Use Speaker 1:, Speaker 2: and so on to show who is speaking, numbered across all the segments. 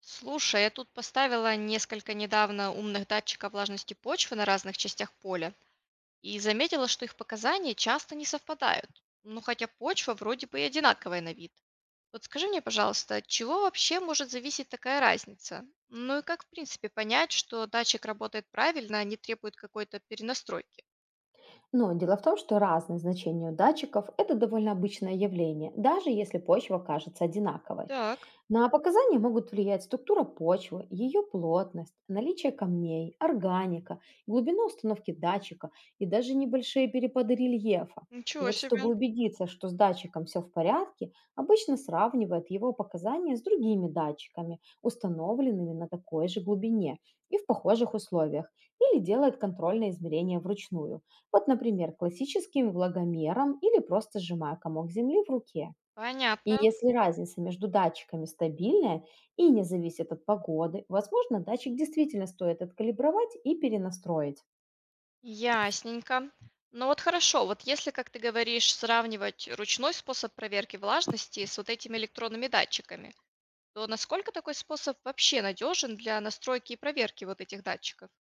Speaker 1: Слушай, я тут поставила несколько недавно умных датчиков влажности почвы на разных частях поля и заметила, что их показания часто не совпадают. Ну, хотя почва вроде бы и одинаковая на вид. Вот скажи мне, пожалуйста, от чего вообще может зависеть такая разница? Ну и как, в принципе, понять, что датчик работает правильно, а не требует какой-то перенастройки?
Speaker 2: Но дело в том, что разные значения у датчиков– это довольно обычное явление, даже если почва кажется одинаковой.
Speaker 1: Так,
Speaker 2: На показания могут влиять структура почвы, ее плотность, наличие камней, органика, глубина установки датчика и даже небольшие перепады рельефа. И
Speaker 1: ничего
Speaker 2: вот чтобы
Speaker 1: себе.
Speaker 2: убедиться, что с датчиком все в порядке, обычно сравнивают его показания с другими датчиками, установленными на такой же глубине и в похожих условиях, или делают контрольное измерение вручную. Вот, например, классическим влагомером или просто сжимая комок земли в руке. И
Speaker 1: Понятно.
Speaker 2: если разница между датчиками стабильная и не зависит от погоды, возможно, датчик действительно стоит откалибровать и перенастроить.
Speaker 1: Ясненько. Ну вот хорошо, вот если, как ты говоришь, сравнивать ручной способ проверки влажности с вот этими электронными датчиками, то насколько такой способ вообще надежен для настройки и проверки вот этих датчиков?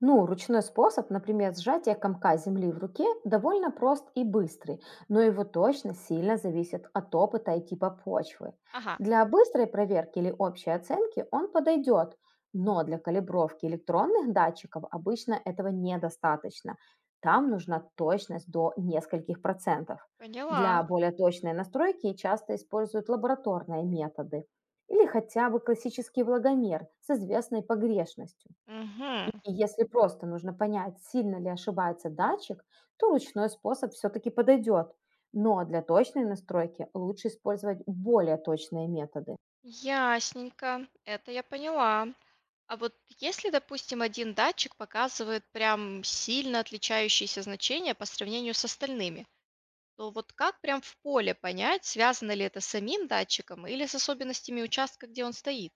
Speaker 2: Ну, ручной способ, например, сжатие комка земли в руке, довольно прост и быстрый, но его точность сильно зависит от опыта и типа почвы.
Speaker 1: Ага,
Speaker 2: Для быстрой проверки или общей оценки он подойдет, но для калибровки электронных датчиков обычно этого недостаточно. Там нужна точность до нескольких процентов.
Speaker 1: поняла.
Speaker 2: Для более точной настройки часто используют лабораторные методы или хотя бы классический влагомер с известной погрешностью.
Speaker 1: Мгм.
Speaker 2: И если просто нужно понять, сильно ли ошибается датчик, то ручной способ все-таки подойдет. Но для точной настройки лучше использовать более точные методы.
Speaker 1: Ясненько, это я поняла. А вот если, допустим, один датчик показывает прям сильно отличающиеся значения по сравнению с остальными, то вот как прям в поле понять, связано ли это с самим датчиком или с особенностями участка, где он стоит?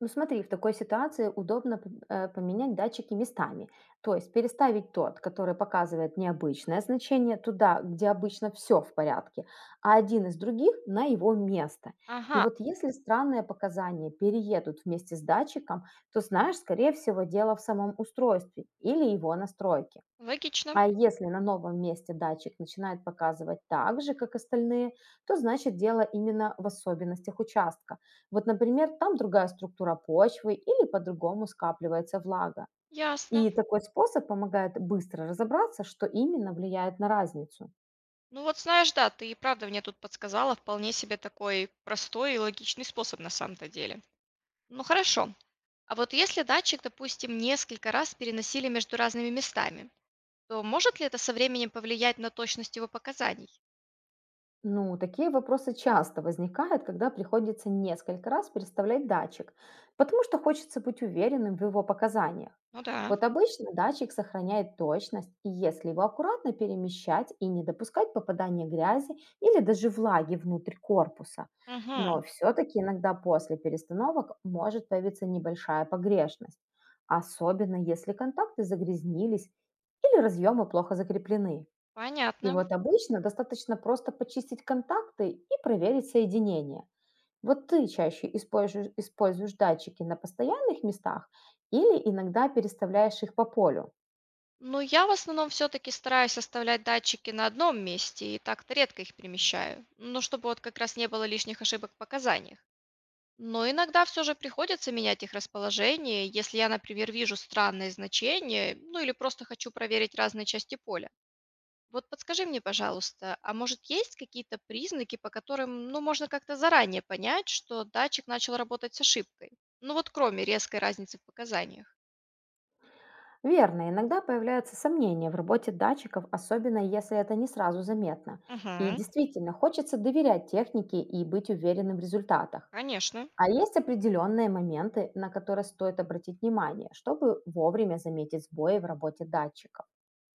Speaker 2: Ну смотри, в такой ситуации удобно поменять датчики местами, то есть переставить тот, который показывает необычное значение, туда, где обычно все в порядке, а один из других на его место. И
Speaker 1: Ага,
Speaker 2: вот если странные показания переедут вместе с датчиком, то знаешь, скорее всего, дело в самом устройстве или его настройке.
Speaker 1: логично,
Speaker 2: А если на новом месте датчик начинает показывать так же, как остальные, то значит дело именно в особенностях участка. Вот, например, там другая структура почвы или по-другому скапливается влага.
Speaker 1: ясно.
Speaker 2: И такой способ помогает быстро разобраться, что именно влияет на разницу.
Speaker 1: Ну вот знаешь, да, ты и правда мне тут подсказала вполне себе такой простой и логичный способ на самом-то деле. Ну хорошо. А вот если датчик, допустим, несколько раз переносили между разными местами, то может ли это со временем повлиять на точность его показаний?
Speaker 2: Ну, такие вопросы часто возникают, когда приходится несколько раз переставлять датчик, потому что хочется быть уверенным в его показаниях.
Speaker 1: Ну да.
Speaker 2: Вот обычно датчик сохраняет точность, и если его аккуратно перемещать и не допускать попадания грязи или даже влаги внутрь корпуса.
Speaker 1: Угу,
Speaker 2: Но все-таки иногда после перестановок может появиться небольшая погрешность, особенно если контакты загрязнились или разъемы плохо закреплены. И
Speaker 1: понятно.
Speaker 2: вот обычно достаточно просто почистить контакты и проверить соединение. Вот ты чаще используешь датчики на постоянных местах или иногда переставляешь их по полю?
Speaker 1: Ну, я в основном все-таки стараюсь оставлять датчики на одном месте и так-то редко их перемещаю, ну, чтобы вот как раз не было лишних ошибок в показаниях. Но иногда все же приходится менять их расположение, если я, например, вижу странные значения, ну или просто хочу проверить разные части поля. Вот подскажи мне, пожалуйста, а может есть какие-то признаки, по которым, ну, можно как-то заранее понять, что датчик начал работать с ошибкой? Ну вот кроме резкой разницы в показаниях.
Speaker 2: Верно, иногда появляются сомнения в работе датчиков, особенно если это не сразу заметно. И
Speaker 1: Угу,
Speaker 2: действительно, хочется доверять технике и быть уверенным в результатах.
Speaker 1: конечно.
Speaker 2: А есть определенные моменты, на которые стоит обратить внимание, чтобы вовремя заметить сбои в работе датчиков.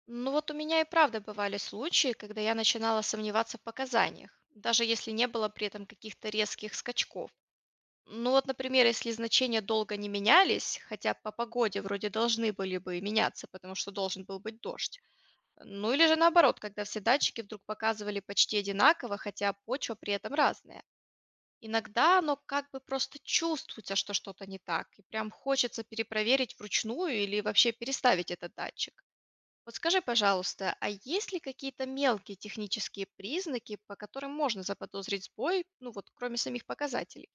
Speaker 1: Ну вот у меня и правда бывали случаи, когда я начинала сомневаться в показаниях, даже если не было при этом каких-то резких скачков. Ну вот, например, если значения долго не менялись, хотя по погоде вроде должны были бы меняться, потому что должен был быть дождь. Ну или же наоборот, когда все датчики вдруг показывали почти одинаково, хотя почва при этом разная. Иногда оно как бы просто чувствуется, что что-то не так, и прям хочется перепроверить вручную или вообще переставить этот датчик. Вот скажи, пожалуйста, а есть ли какие-то мелкие технические признаки, по которым можно заподозрить сбой, ну вот кроме самих показателей?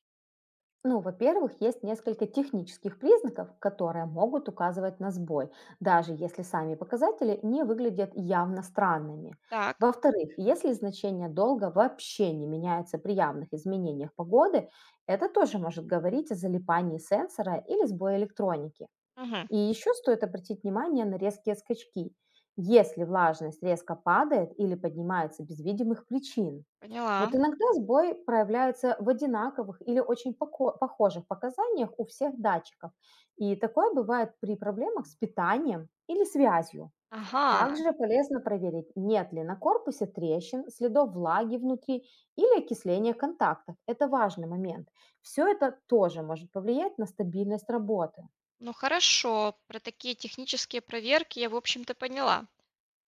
Speaker 2: Ну, во-первых, есть несколько технических признаков, которые могут указывать на сбой, даже если сами показатели не выглядят явно странными.
Speaker 1: Так,
Speaker 2: Во-вторых, если значение долга вообще не меняется при явных изменениях погоды, это тоже может говорить о залипании сенсора или сбое электроники.
Speaker 1: мгм,
Speaker 2: И еще стоит обратить внимание на резкие скачки, если влажность резко падает или поднимается без видимых причин.
Speaker 1: поняла.
Speaker 2: Вот иногда сбой проявляется в одинаковых или очень похожих показаниях у всех датчиков. И такое бывает при проблемах с питанием или связью.
Speaker 1: Ага,
Speaker 2: Также полезно проверить, нет ли на корпусе трещин, следов влаги внутри или окисления контактов. Это важный момент. Все это тоже может повлиять на стабильность работы.
Speaker 1: ну хорошо, про такие технические проверки я, в общем-то, поняла.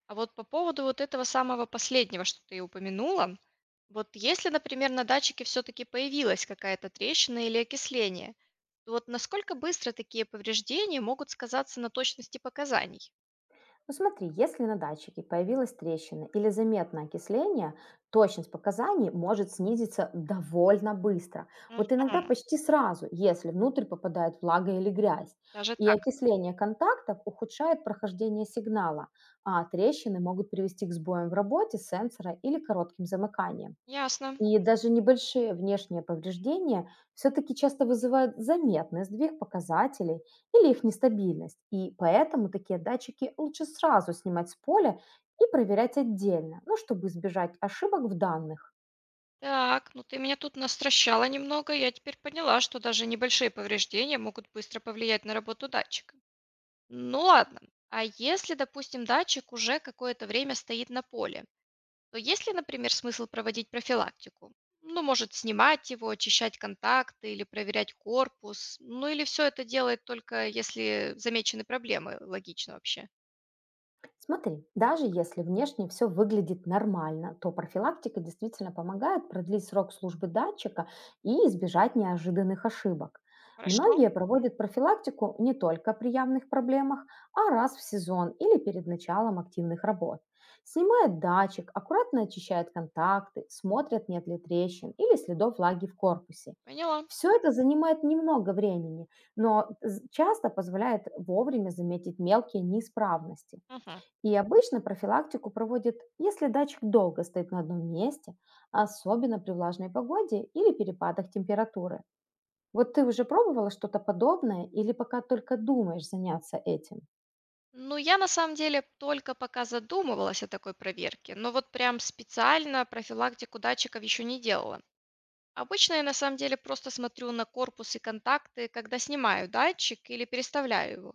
Speaker 1: А вот по поводу вот этого самого последнего, что ты упомянула, вот если, например, на датчике все-таки появилась какая-то трещина или окисление, то вот насколько быстро такие повреждения могут сказаться на точности показаний?
Speaker 2: Ну смотри, если на датчике появилась трещина или заметное окисление, точность показаний может снизиться довольно быстро.
Speaker 1: Мгм.
Speaker 2: Вот иногда почти сразу, если внутрь попадает влага или грязь.
Speaker 1: Даже
Speaker 2: И
Speaker 1: так.
Speaker 2: окисление контактов ухудшает прохождение сигнала, а трещины могут привести к сбоям в работе сенсора или коротким замыканием.
Speaker 1: Ясно.
Speaker 2: И даже небольшие внешние повреждения все-таки часто вызывают заметный сдвиг показателей или их нестабильность. И поэтому такие датчики лучше сразу снимать с поля и проверять отдельно, ну, чтобы избежать ошибок в данных.
Speaker 1: Так, ну ты меня тут настращала немного. Я теперь поняла, что даже небольшие повреждения могут быстро повлиять на работу датчика. Ну ладно. А если, допустим, датчик уже какое-то время стоит на поле, то есть ли, например, смысл проводить профилактику? Ну, может, снимать его, очищать контакты или проверять корпус. Ну, или все это делает только если замечены проблемы. Логично вообще.
Speaker 2: Смотри, даже если внешне все выглядит нормально, то профилактика действительно помогает продлить срок службы датчика и избежать неожиданных ошибок.
Speaker 1: Хорошо,
Speaker 2: Многие проводят профилактику не только при явных проблемах, а раз в сезон или перед началом активных работ. Снимают датчик, аккуратно очищают контакты, смотрят, нет ли трещин или следов влаги в корпусе.
Speaker 1: поняла.
Speaker 2: Все это занимает немного времени, но часто позволяет вовремя заметить мелкие неисправности.
Speaker 1: Мгм.
Speaker 2: И обычно профилактику проводят, если датчик долго стоит на одном месте, особенно при влажной погоде или перепадах температуры. Вот ты уже пробовала что-то подобное или пока только думаешь заняться этим?
Speaker 1: Ну, я на самом деле только пока задумывалась о такой проверке, но вот прям специально профилактику датчиков еще не делала. Обычно я на самом деле просто смотрю на корпус и контакты, когда снимаю датчик или переставляю его.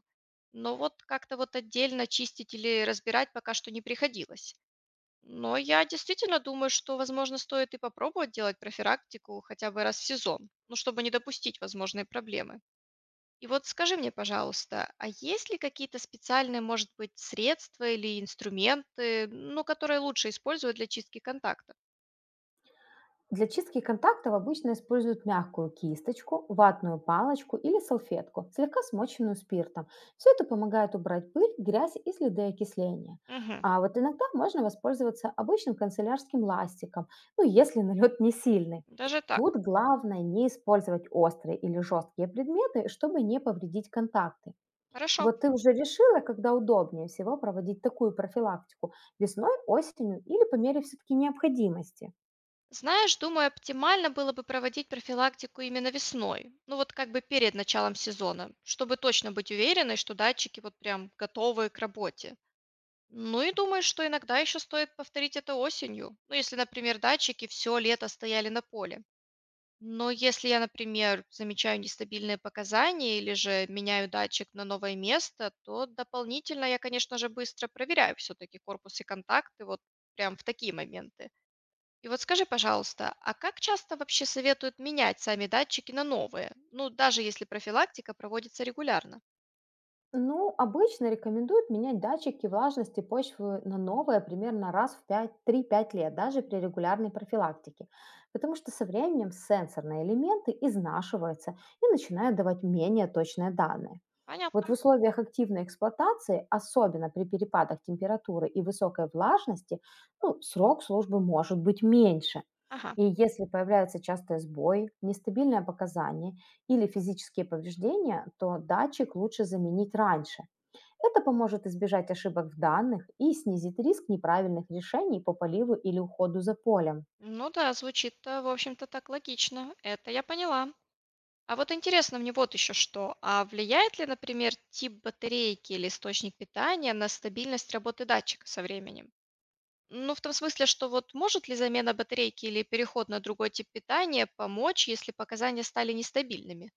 Speaker 1: Но вот как-то вот отдельно чистить или разбирать пока что не приходилось. Но я действительно думаю, что, возможно, стоит и попробовать делать профилактику хотя бы раз в сезон, ну, чтобы не допустить возможные проблемы. И вот скажи мне, пожалуйста, а есть ли какие-то специальные, может быть, средства или инструменты, ну, которые лучше использовать для чистки контактов?
Speaker 2: Для чистки контактов обычно используют мягкую кисточку, ватную палочку или салфетку, слегка смоченную спиртом. Все это помогает убрать пыль, грязь и следы окисления.
Speaker 1: Мгм.
Speaker 2: А вот иногда можно воспользоваться обычным канцелярским ластиком, ну если налет не сильный.
Speaker 1: Даже так.
Speaker 2: Тут главное не использовать острые или жесткие предметы, чтобы не повредить контакты.
Speaker 1: Хорошо.
Speaker 2: Вот ты уже решила, когда удобнее всего проводить такую профилактику весной, осенью или по мере все-таки необходимости?
Speaker 1: Знаешь, думаю, оптимально было бы проводить профилактику именно весной. Ну вот как бы перед началом сезона, чтобы точно быть уверенной, что датчики вот прям готовы к работе. Ну и думаю, что иногда еще стоит повторить это осенью. Ну если, например, датчики все лето стояли на поле. Но если я, например, замечаю нестабильные показания или же меняю датчик на новое место, то дополнительно я, конечно же, быстро проверяю все-таки корпус и контакты вот прям в такие моменты. И вот скажи, пожалуйста, а как часто вообще советуют менять сами датчики на новые? Ну, даже если профилактика проводится регулярно.
Speaker 2: Ну, обычно рекомендуют менять датчики влажности почвы на новые примерно раз в пять-три-пять лет, даже при регулярной профилактике, потому что со временем сенсорные элементы изнашиваются и начинают давать менее точные данные. Вот в
Speaker 1: Понятно.
Speaker 2: условиях активной эксплуатации, особенно при перепадах температуры и высокой влажности, ну, срок службы может быть меньше.
Speaker 1: Ага.
Speaker 2: И если появляются частые сбои, нестабильное показание или физические повреждения, то датчик лучше заменить раньше. Это поможет избежать ошибок в данных и снизит риск неправильных решений по поливу или уходу за полем.
Speaker 1: Ну да, звучит, в общем-то, так логично. Это я поняла. А вот интересно мне вот еще что. А влияет ли, например, тип батарейки или источник питания на стабильность работы датчика со временем? Ну, в том смысле, что вот может ли замена батарейки или переход на другой тип питания помочь, если показания стали нестабильными?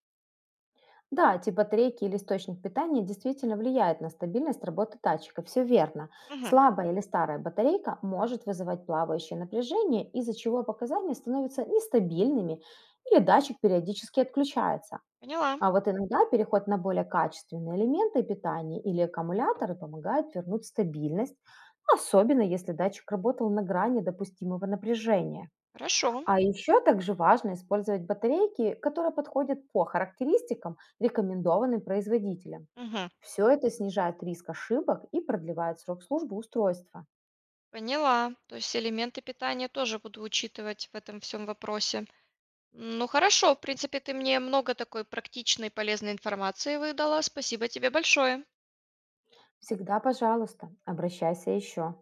Speaker 2: Да, тип батарейки или источник питания действительно влияет на стабильность работы датчика, все верно.
Speaker 1: Мгм.
Speaker 2: Слабая или старая батарейка может вызывать плавающее напряжение, из-за чего показания становятся нестабильными или датчик периодически отключается.
Speaker 1: Поняла.
Speaker 2: А вот иногда переход на более качественные элементы питания или аккумуляторы помогает вернуть стабильность, особенно если датчик работал на грани допустимого напряжения.
Speaker 1: Хорошо.
Speaker 2: А еще также важно использовать батарейки, которые подходят по характеристикам, рекомендованным производителем.
Speaker 1: Мгм.
Speaker 2: Все это снижает риск ошибок и продлевает срок службы устройства.
Speaker 1: Поняла. То есть элементы питания тоже буду учитывать в этом всем вопросе. Ну, хорошо. В принципе, ты мне много такой практичной и полезной информации выдала. Спасибо тебе большое.
Speaker 2: Всегда, пожалуйста, обращайся еще.